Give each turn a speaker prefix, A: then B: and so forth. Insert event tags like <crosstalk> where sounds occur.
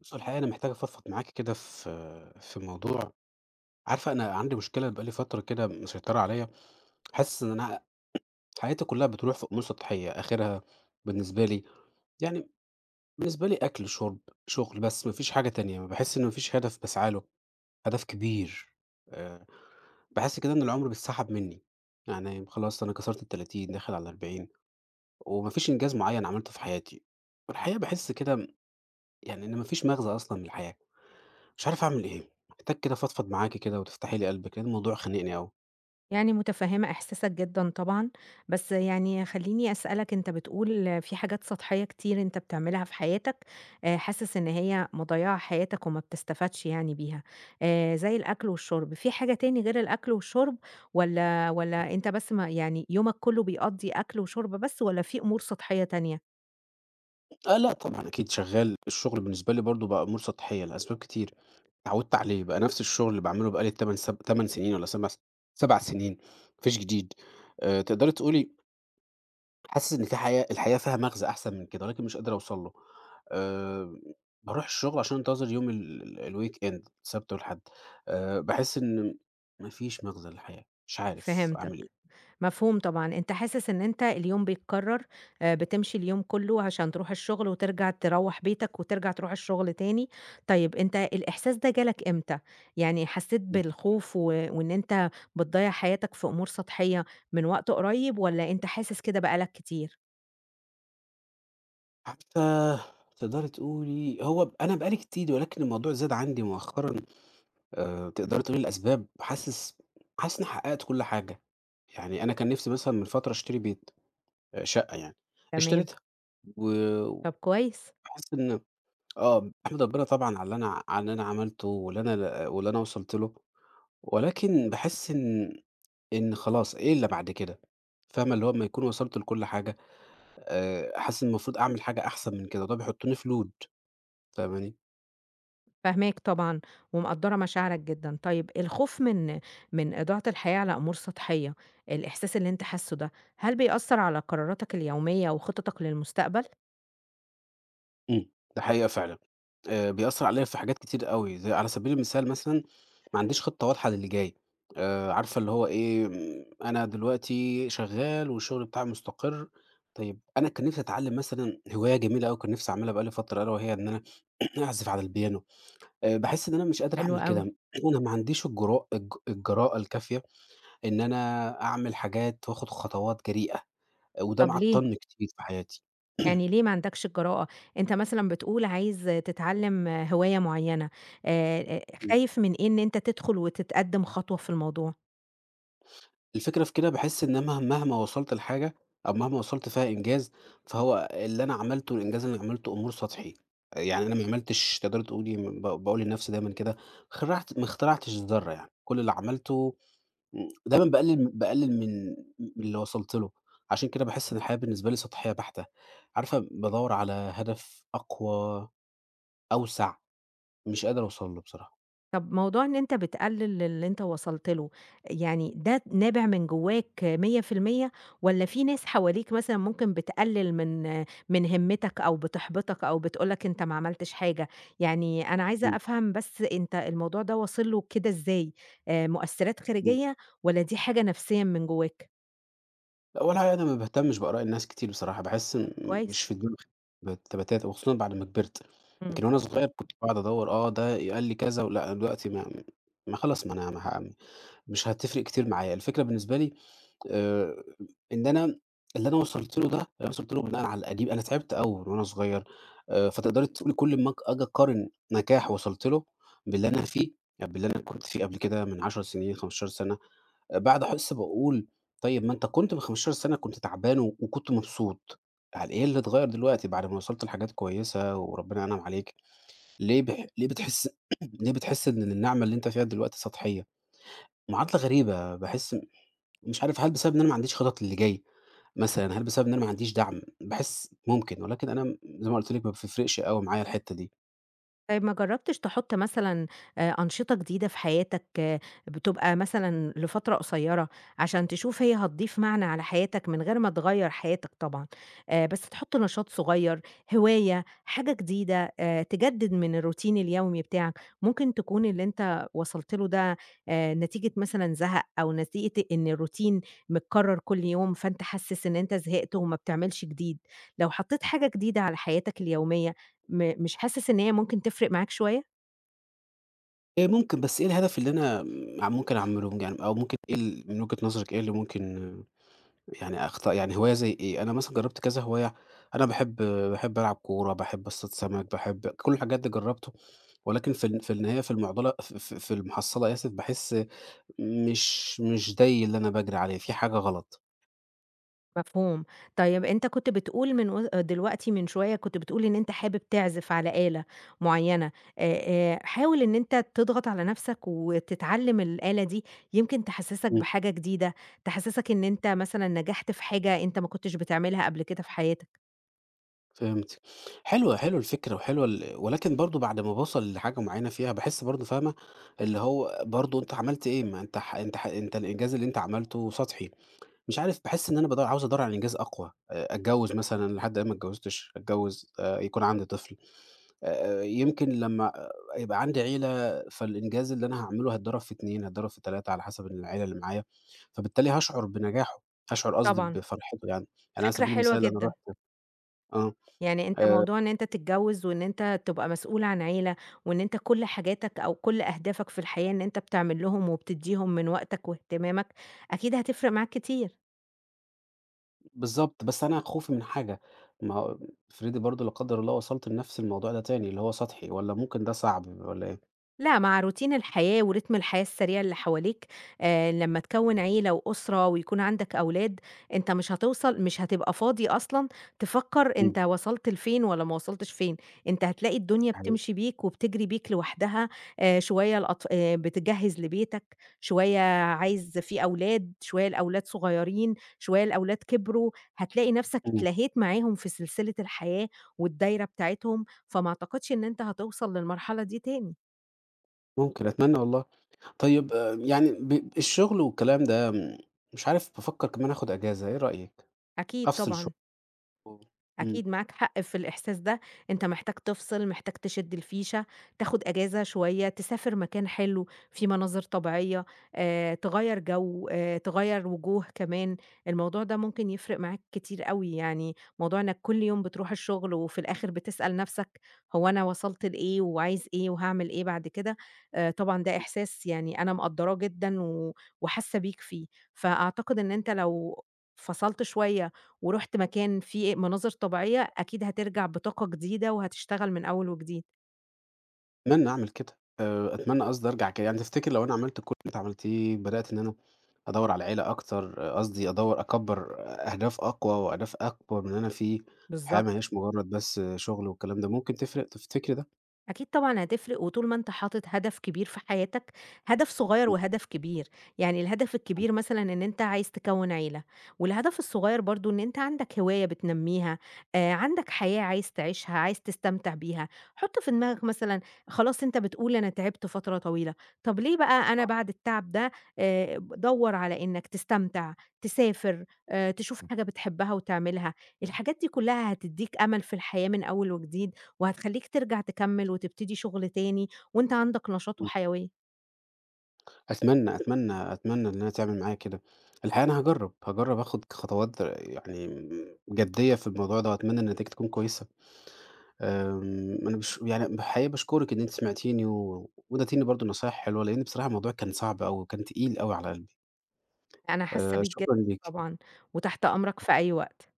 A: بُصّ، هو الحقيقة أنا محتاج أفضفض معاكِ كده في موضوع. عارفة أنا عندي مشكلة بقى لي فترة كده مسيطرة عليَّ، حاسس إن أنا حياتي كلها بتروح في أمور سطحية، آخرها بالنسبة لي يعني بالنسبة لي أكل، شرب، شغل، بس ما فيش حاجة تانية، باحس إن ما فيش هدف باسعى له، هدف كبير. آآ، باحس كده إن العمر بيتسحب مني، يعني خلاص أنا كسرت ال30 داخل على ال40 وما فيش إنجاز معيّن عملته في حياتي، والحقيقة باحس كده يعني إن ما فيش مغزى أصلًا من الحياة. مش عارف أعمل إيه، محتاج كده أفضفض معاكِ كده وتفتحي لي قلبِك، لأن الموضوع خانقني أوي.
B: يعني متفهمة إحساسك جدًا طبعًا، بس يعني خلّيني أسألك أنت بتقول في حاجات سطحية كتير أنت بتعملها في حياتك، حاسس إن هي مضيّعة حياتك وما بتستفادش يعني بيها، زي الأكل والشرب، في حاجة تاني غير الأكل والشرب والّا أنت بس ما يعني يومك كلّه بيقضّي أكل وشرب بس والّا في أمور سطحية تانية؟
A: آه، لأ طبعًا أكيد شغّال، الشغل بالنسبة لي برضه بقى أمور سطحية لأسباب كتير، اتعودت عليه، بقى نفس الشغل اللي باعمله بقى لي 8 سنين والّا 7 سنين، ما فيش جديد. تقدري تقولي حاسس إن في حياة الحياة فيها مغزى أحسن من كده، ولكن مش قادر أوصل له. آآ باروح الشغل عشان أنتظر يوم ال الweekend السبت والحد. باحس إن ما فيش مغزى للحياة، مش عارف
B: فهمتك.
A: أعمل
B: مفهوم طبعًا، أنت حاسس إن أنت اليوم بيتكرر، بتمشي اليوم كله عشان تروح الشغل وترجع تروّح بيتك وترجع تروح الشغل تاني، طيب أنت الإحساس ده جالك إمتى؟ يعني حسيت
A: إيه.
B: بالخوف وإن أنت بتضيّع حياتك في أمور سطحية من وقت قريب والّا أنت حاسس كده بقى لك كتير؟
A: حتى تقدري تقولي هو ب أنا بقى لي كتير، ولكن الموضوع زاد عندي مؤخرًا. تقدري تقولي الأسباب، حاسس إني حققت كل حاجة، يعني أنا كان نفسي مثلًا من فترة أشتري بيت، شقة يعني،
B: تمام،
A: اشتريتها و
B: طب كويس.
A: وباحس إن، آه، باحمد ربنا طبعًا على اللي أنا عملته واللي أنا وصلت له، ولكن باحس إن خلاص إيه اللي بعد كده؟ فاهمة؟ اللي هو أمّا يكون وصلت لكل حاجة، حاسس إن المفروض أعمل حاجة أحسن من كده، ده بيحطني في load. فاهماني؟
B: فاهماك طبعًا، ومقدّرة مشاعرك جدًا. طيب الخوف من إضاعة الحياة على أمور سطحية، الإحساس اللي أنت حاسّه ده، هل بيأثّر على قراراتك اليومية وخططك للمستقبل؟
A: إمم، ده حقيقة فعلًا، بيأثّر عليَّ في حاجات كتير أوي، زي على سبيل المثال مثلًا ما عنديش خطة واضحة للي جاي، عارفة اللي هو إيه، أنا دلوقتي شغّال والشغل بتاعي مستقر، طيب أنا كان نِفْسي أتعلّم مثلًا هواية جميلة أوي كان نِفْسي أعملها بقى لي فترة ألا وهي إن أنا <clears throat> أعزف على البيانو. باحس إن أنا مش قادر
B: حلو
A: أعمل كده.
B: أوي.
A: <clears throat> أنا ما عنديش الجرأة الكافية إن أنا أعمل حاجات وآخُد خطوات جريئة، وده
B: طب ليه؟
A: معطّلني كتير في حياتي.
B: يعني
A: <clears throat>
B: ليه ما عندكش الجرأة؟ أنت مثلًا بتقول عايز تتعلّم هواية معيّنة، آآ، آآ، خايف من إيه إن أنت تدخل وتتقدّم خطوة في الموضوع؟
A: الفكرة في كده باحس إن أنا مهما وصلت لحاجة أو مهما وصلت فيها إنجاز، فهو اللي أنا عملته الإنجاز اللي أنا عملته أمور سطحي، يعني أنا ما عملتش، تقدري تقولي باقول لنفسي دايمًا كده، ما اخترعتش الذرة يعني، كل اللي عملته دايمًا باقلل من اللي وصلت له، عشان كده باحس إن الحياة بالنسبة لي سطحية بحتة، عارفة بادوّر على هدف أقوى، أوسع، مش قادر أوصل له بصراحة.
B: طب موضوع إن أنت بتقلل اللي أنت وصلت له، يعني ده نابع من جواك 100% والّا في ناس حواليك مثلًا ممكن بتقلل من هِمِّتك أو بتحبطك أو بتقول لك أنت ما عملتش حاجة؟ يعني أنا عايزة
A: إمم،
B: أفهم بس أنت الموضوع ده واصل له كده إزاي؟ مؤثِّرات
A: إمم.
B: خارجية والّا دي حاجة نفسيًا من جواك؟
A: لأ، هو الحقيقة أنا ما باهتمش بآراء الناس كتير بصراحة، باحس
B: طب
A: مش
B: كويس.
A: في دماغي بتاتا وخصوصًا بعد ما كبرت،
B: إمم.
A: يمكن وأنا صغير كنت باقعد أدوّر، ده قال لي كذا ولأ، أنا دلوقتي ما خلاص ما أنا ما ه مش هتفرق كتير معايا. الفكرة بالنسبة لي، آآ، إن أنا اللي أنا وصلت له، ده اللي أنا وصلت له بناءً على القديم، أنا تعبت أوي وأنا صغير، فتقدري تقولي كل أمّا أجي أقارن نجاح وصلت له باللي أنا فيه، يعني باللي أنا كنت فيه قبل كده من 10 سنين، 15 سنة، باقعد أحس باقول طيب ما أنت كنت من 15 سنة كنت تعبان وكنت مبسوط، يعني إيه اللي اتغيّر دلوقتي بعد ما وصلت لحاجات كويسة وربنا أنعم عليك، ليه بتحس <clears throat> ليه بتحس إن النعمة اللي أنت فيها دلوقتي سطحية؟ معادلة غريبة، باحس مش عارف هل بسبب إن أنا ما عنديش خطط للي جاي مثلًا، هل بسبب إن أنا ما عنديش دعم؟ باحس ممكن، ولكن أنا زي ما قُلت لِك ما بتفرقش أوي معايا الحتّة دي.
B: طيب ما جرّبتش تحُط مثلًا أنشطة جديدة في حياتك آه، بتبقى مثلًا لفترة قصيّرة، عشان تشوف هي هتضيف معنى على حياتك من غير ما تغيّر حياتك طبعًا، بس تحُط نشاط صغيّر، هواية، حاجة جديدة، تجدِّد من الروتين اليومي بتاعك، ممكن تكون اللي أنت وصلت له ده نتيجة مثلًا زهق أو نتيجة إن الروتين متكرّر كل يوم، فأنت حاسس إن أنت زهقت وما بتعملش جديد، لو حطّيت حاجة جديدة على حياتك اليومية مش حاسس إن هي ممكن تفرق معاك شوية؟
A: ممكن، بس إيه الهدف اللي أنا ممكن أعمله يعني، أو ممكن إيه من وجهة نظرِك إيه اللي ممكن يعني أخطاء يعني هواية زي إيه؟ أنا مثلًا جرّبت كذا هواية، أنا باحب ألعب كورة، باحب اصطاد سمك، باحب كل الحاجات دي جرّبته، ولكن في النهاية في المحصلة آسف، باحس مش دَي اللي أنا باجري عليه، في حاجة غلط.
B: مفهوم. طيب أنت كنت بتقول من و دلوقتي من شوية كنت بتقول إن أنت حابب تعزف على آلة معيّنة، حاول إن أنت تضغط على نَفْسك وتتعلّم الآلة دي، يمكن تحسّسك
A: إمم،
B: بحاجة جديدة، تحسّسك إن أنت مثلًا نجحت في حاجة أنت ما كنتش بتعملها قبل كده في حياتك.
A: فهمتِك. حلوة حلوة الفكرة، وحلوة ال ولكن برضه بعد ما باوصل لحاجة معيّنة فيها باحس برضه، فاهمة، اللي هو برضه أنت عملت إيه؟ ما أنت ح أنت ح أنت الإنجاز اللي أنت عملته سطحي. مش عارف باحس إن أنا عاوز أدوّر على إنجاز أقوى، أتجوّز مثلًا لحد الآن ما اتجوّزتش، أتجوّز يكون عندي طفل، يمكن لمّا، يبقى عندي عيلة فالإنجاز اللي أنا هاعمله هيتضرب في 2 هيتضرب في 3 على حسب العيلة اللي معايا، فبالتالي هاشعر بنجاحه، هاشعر قصدي
B: طبعًا،
A: بفرحته يعني. يعني على
B: فكرة
A: سبيل
B: حلوة
A: المثال أنا
B: جدًا.
A: رُحت، آه،
B: يعني أنت
A: آآ
B: موضوع إن أنت تتجوّز وإن أنت تبقى مسؤول عن عيلة، وإن أنت كل حاجاتك أو كل أهدافك في الحياة إن أنت بتعمل لهم وبتدّيهم من وقتك واهتمامك، أكيد هتفرق معاك كتير.
A: بالضبط، بس أنا خوفي من حاجة، ما هو افرضي برضه لا قدّر الله وصلت لنفس الموضوع ده تاني اللي هو سطحي، والّا ممكن ده صعب والّا إيه؟
B: لأ، مع روتين الحياة ورتم الحياة السريع اللي حواليك، لمّا تكوّن عيلة وأسرة ويكون عندك أولاد، أنت مش هتبقى فاضي أصلًا تفكّر
A: إمم،
B: أنت وصلت لفين والّا ما وصلتش فين، أنت هتلاقي الدنيا
A: حقيقي،
B: بتمشي بيك وبتجري بيك لوحدها، شوية الأط بتجهّز لبيتك، شوية عايز في أولاد، شوية الأولاد صغيرين، شوية الأولاد كبروا، هتلاقي نَفْسك
A: إمم.
B: اتلهيت معاهم في سلسلة الحياة والدايرة بتاعتهم، فما أعتقدش إن أنت هتوصل للمرحلة دي تاني.
A: ممكن، أتمنى والله. طيب يعني الشغل والكلام ده، مش عارف بافكّر كمان آخُد أجازة، إيه رأيك؟
B: أكيد
A: أفصل شوية
B: طبعًا،
A: و إمم.
B: أكيد معاك حق في الإحساس ده، أنت محتاج تفصل، محتاج تشد الفيشة، تاخد أجازة شوية، تسافر مكان حلو فيه مناظر طبيعية، تغيّر جو، تغيّر وجوه كمان، الموضوع ده ممكن يفرق معاك كتير أوي، يعني موضوع إنك كل يوم بتروح الشغل وفي الآخر بتسأل نفسك هو أنا وصلت لإيه وعايز إيه وهاعمل إيه بعد كده، طبعًا ده إحساس يعني أنا مقدّراه جدًا وحاسة بيك فيه، فأعتقد إن أنت لو فصلت شوية ورُحت مكان فيه مناظر طبيعية، أكيد هترجع بطاقة جديدة وهتشتغل من أول وجديد.
A: أتمنى أعمل كده، أتمنى قصدي أرجع يعني تفتكر لو أنا عملت كل اللي أنت عملتيه، بدأت إن أنا أدوّر على عيلة أكتر، قصدي أدوّر أكبّر أهداف أقوى وأهداف أكبر من اللي أنا فيه، الحياة ما
B: بالضبط.
A: هياش مجرّد بس، شغل والكلام ده، ممكن تفرق تفتكر ده؟
B: أكيد طبعًا هتفرق، وطول ما أنت حاطط هدف كبير في حياتك، هدف صغير وهدف كبير، يعني الهدف
A: إمم.
B: الكبير مثلًا إن أنت عايز تكوّن عيلة، والهدف الصغير برضه إن أنت عندك هواية بتنمّيها، عندك حياة عايز تعيشها، عايز تستمتع بيها، حُط في دماغك مثلًا خلاص أنت بتقول أنا تعبت فترة طويلة، طب ليه بقى أنا بعد التعب ده دَوّر على إنك تستمتع، تسافر، تشوف حاجة بتحبها وتعملها، الحاجات دي كلّها هتدّيك أمل في الحياة من أول وجديد. وهتخلّيك ترجع تكمّل وتبتدي شغل تاني، وأنت عندك نشاط
A: إمم.
B: وحيوية.
A: أتمنى، أتمنى، أتمنى إنها تعمل معايا كده. الحقيقة أنا هاجرّب آخُد خطوات يعني جدية في الموضوع ده وأتمنى إن النتيجة تكون كويسة. أنا يعني الحقيقة باشكرِك إن أنتِ سمعتيني واديتيني برضه نصايح حلوة، لإن بصراحة الموضوع كان صعب أوي وكان تقيل أوي على قلبي.
B: أنا حاسة بيك جدًا
A: شكرًا ليكِ.
B: طبعًا، وتحت أمرك في أي وقت.